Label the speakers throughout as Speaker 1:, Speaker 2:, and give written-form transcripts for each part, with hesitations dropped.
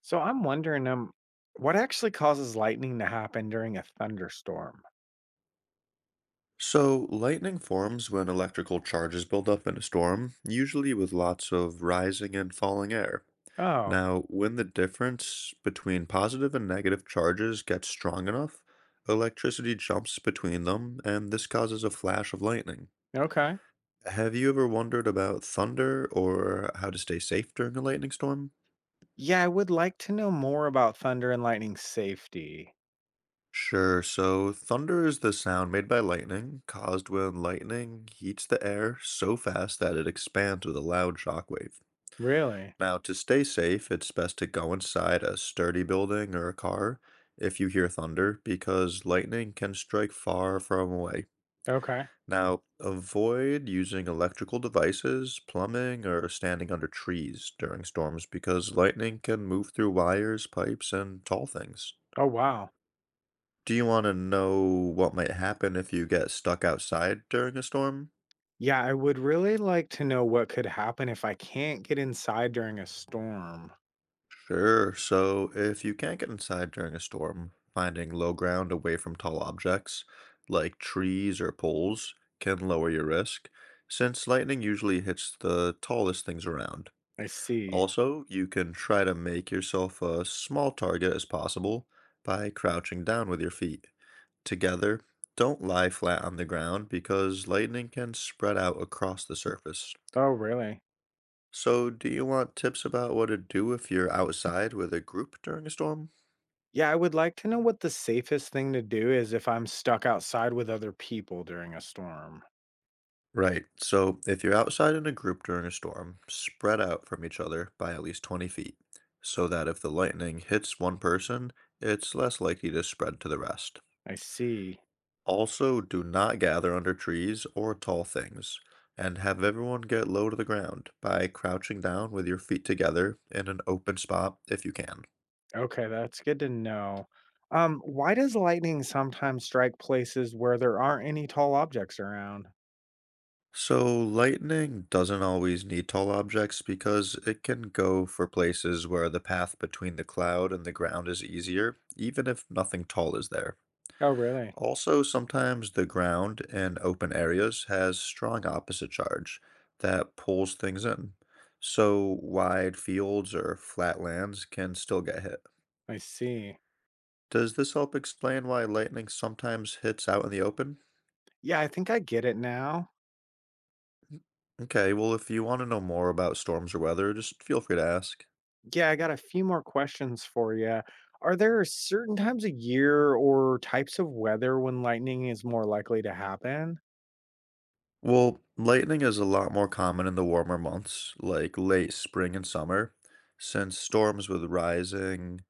Speaker 1: So I'm wondering, what actually causes lightning to happen during a thunderstorm?
Speaker 2: So, lightning forms when electrical charges build up in a storm, usually with lots of rising and falling air.
Speaker 1: Oh,
Speaker 2: Now, when the difference between positive and negative charges gets strong enough, electricity jumps between them, and this causes a flash of lightning.
Speaker 1: okay.
Speaker 2: Have you ever wondered about thunder or how to stay safe during a lightning storm?
Speaker 1: Yeah, I would like to know more about thunder and lightning safety.
Speaker 2: Sure, so thunder is the sound made by lightning, caused when lightning heats the air so fast that it expands with a loud shock wave.
Speaker 1: Really?
Speaker 2: Now, to stay safe, it's best to go inside a sturdy building or a car if you hear thunder, because lightning can strike far from away.
Speaker 1: Okay.
Speaker 2: Now, avoid using electrical devices, plumbing, or standing under trees during storms because lightning can move through wires, pipes, and tall things.
Speaker 1: Oh, wow.
Speaker 2: Do you want to know what might happen if you get stuck outside during a storm?
Speaker 1: Yeah, I would really like to know what could happen if I can't get inside during a storm.
Speaker 2: Sure. So if you can't get inside during a storm, finding low ground away from tall objects like trees or poles can lower your risk, since lightning usually hits the tallest things around.
Speaker 1: I see.
Speaker 2: Also, you can try to make yourself a small target as possible by crouching down with your feet. Together, don't lie flat on the ground because lightning can spread out across the surface.
Speaker 1: Oh, really?
Speaker 2: So, do you want tips about what to do if you're outside with a group during a storm?
Speaker 1: Yeah, I would like to know what the safest thing to do is if I'm stuck outside with other people during a storm.
Speaker 2: Right. So if you're outside in a group during a storm, spread out from each other by at least 20 feet so that if the lightning hits one person, it's less likely to spread to the rest.
Speaker 1: I see.
Speaker 2: Also, do not gather under trees or tall things and have everyone get low to the ground by crouching down with your feet together in an open spot if you can.
Speaker 1: Okay, that's good to know. Why does lightning sometimes strike places where there aren't any tall objects around?
Speaker 2: So, lightning doesn't always need tall objects because it can go for places where the path between the cloud and the ground is easier, even if nothing tall is there.
Speaker 1: Oh, really?
Speaker 2: Also, sometimes the ground in open areas has strong opposite charge that pulls things in. So, wide fields or flat lands can still get hit.
Speaker 1: I see.
Speaker 2: Does this help explain why lightning sometimes hits out in the open?
Speaker 1: Yeah, I think I get it now.
Speaker 2: Okay, well, if you want to know more about storms or weather, just feel free to ask.
Speaker 1: Yeah, I got a few more questions for you. Are there certain times of year or types of weather when lightning is more likely to happen?
Speaker 2: Well, lightning is a lot more common in the warmer months, like late spring and summer, since storms with rising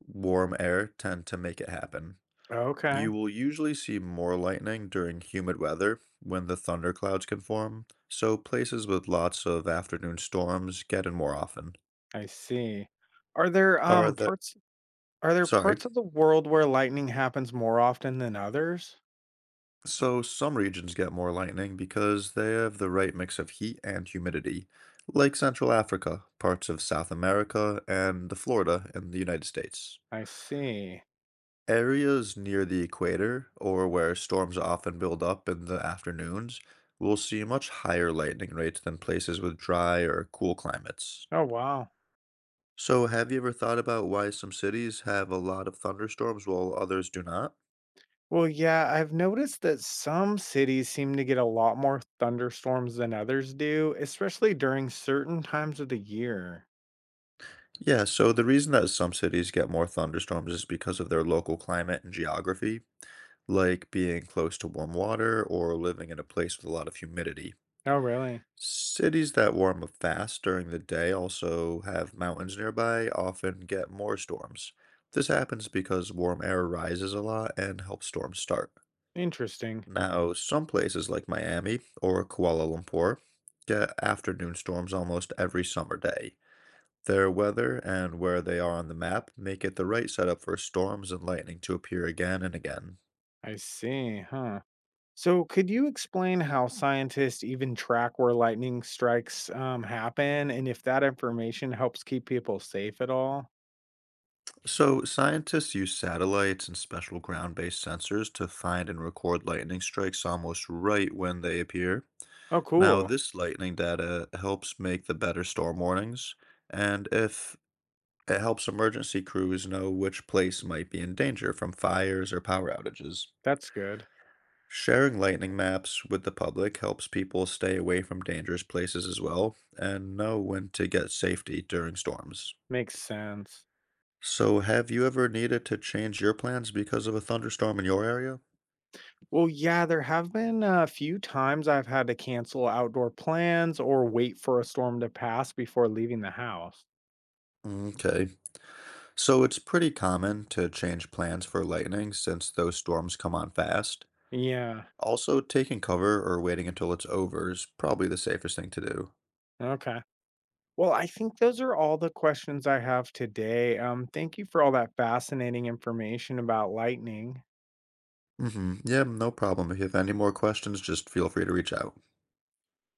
Speaker 2: warm air tend to make it happen.
Speaker 1: Okay,
Speaker 2: You will usually see more lightning during humid weather when the thunderclouds can form, so places with lots of afternoon storms get it more often.
Speaker 1: I see. Are there
Speaker 2: Are
Speaker 1: um
Speaker 2: there,
Speaker 1: parts are there
Speaker 2: Sorry.
Speaker 1: parts of the world where lightning happens more often than others?
Speaker 2: So some regions get more lightning because they have the right mix of heat and humidity, like Central Africa, parts of South America, and the Florida in the United States.
Speaker 1: I see.
Speaker 2: Areas near the equator, or where storms often build up in the afternoons, will see much higher lightning rates than places with dry or cool climates.
Speaker 1: Oh, wow.
Speaker 2: So have you ever thought about why some cities have a lot of thunderstorms while others do not?
Speaker 1: Well, yeah, I've noticed that some cities seem to get a lot more thunderstorms than others do, especially during certain times of the year.
Speaker 2: Yeah, so the reason that some cities get more thunderstorms is because of their local climate and geography, like being close to warm water or living in a place with a lot of humidity.
Speaker 1: Oh, really?
Speaker 2: Cities that warm up fast during the day also have mountains nearby, often get more storms. This happens because warm air rises a lot and helps storms start.
Speaker 1: Interesting.
Speaker 2: Now, some places like Miami or Kuala Lumpur get afternoon storms almost every summer day. Their weather and where they are on the map make it the right setup for storms and lightning to appear again and again.
Speaker 1: I see, huh? So, could you explain how scientists even track where lightning strikes happen and if that information helps keep people safe at all?
Speaker 2: So, scientists use satellites and special ground based sensors to find and record lightning strikes almost right when they appear.
Speaker 1: Oh,
Speaker 2: Now,
Speaker 1: cool.
Speaker 2: this lightning data helps make the better storm warnings, and if it helps emergency crews know which place might be in danger from fires or power outages.
Speaker 1: That's good.
Speaker 2: Sharing lightning maps with the public helps people stay away from dangerous places as well and know when to get safety during storms.
Speaker 1: Makes sense.
Speaker 2: So, have you ever needed to change your plans because of a thunderstorm in your area?
Speaker 1: Well, yeah, there have been a few times I've had to cancel outdoor plans or wait for a storm to pass before leaving the house.
Speaker 2: Okay. So, it's pretty common to change plans for lightning since those storms come on fast.
Speaker 1: Yeah.
Speaker 2: Also, taking cover or waiting until it's over is probably the safest thing to do.
Speaker 1: Okay. Well, I think those are all the questions I have today. Thank you for all that fascinating information about lightning.
Speaker 2: Mm-hmm. Yeah, no problem. If you have any more questions, just feel free to reach out.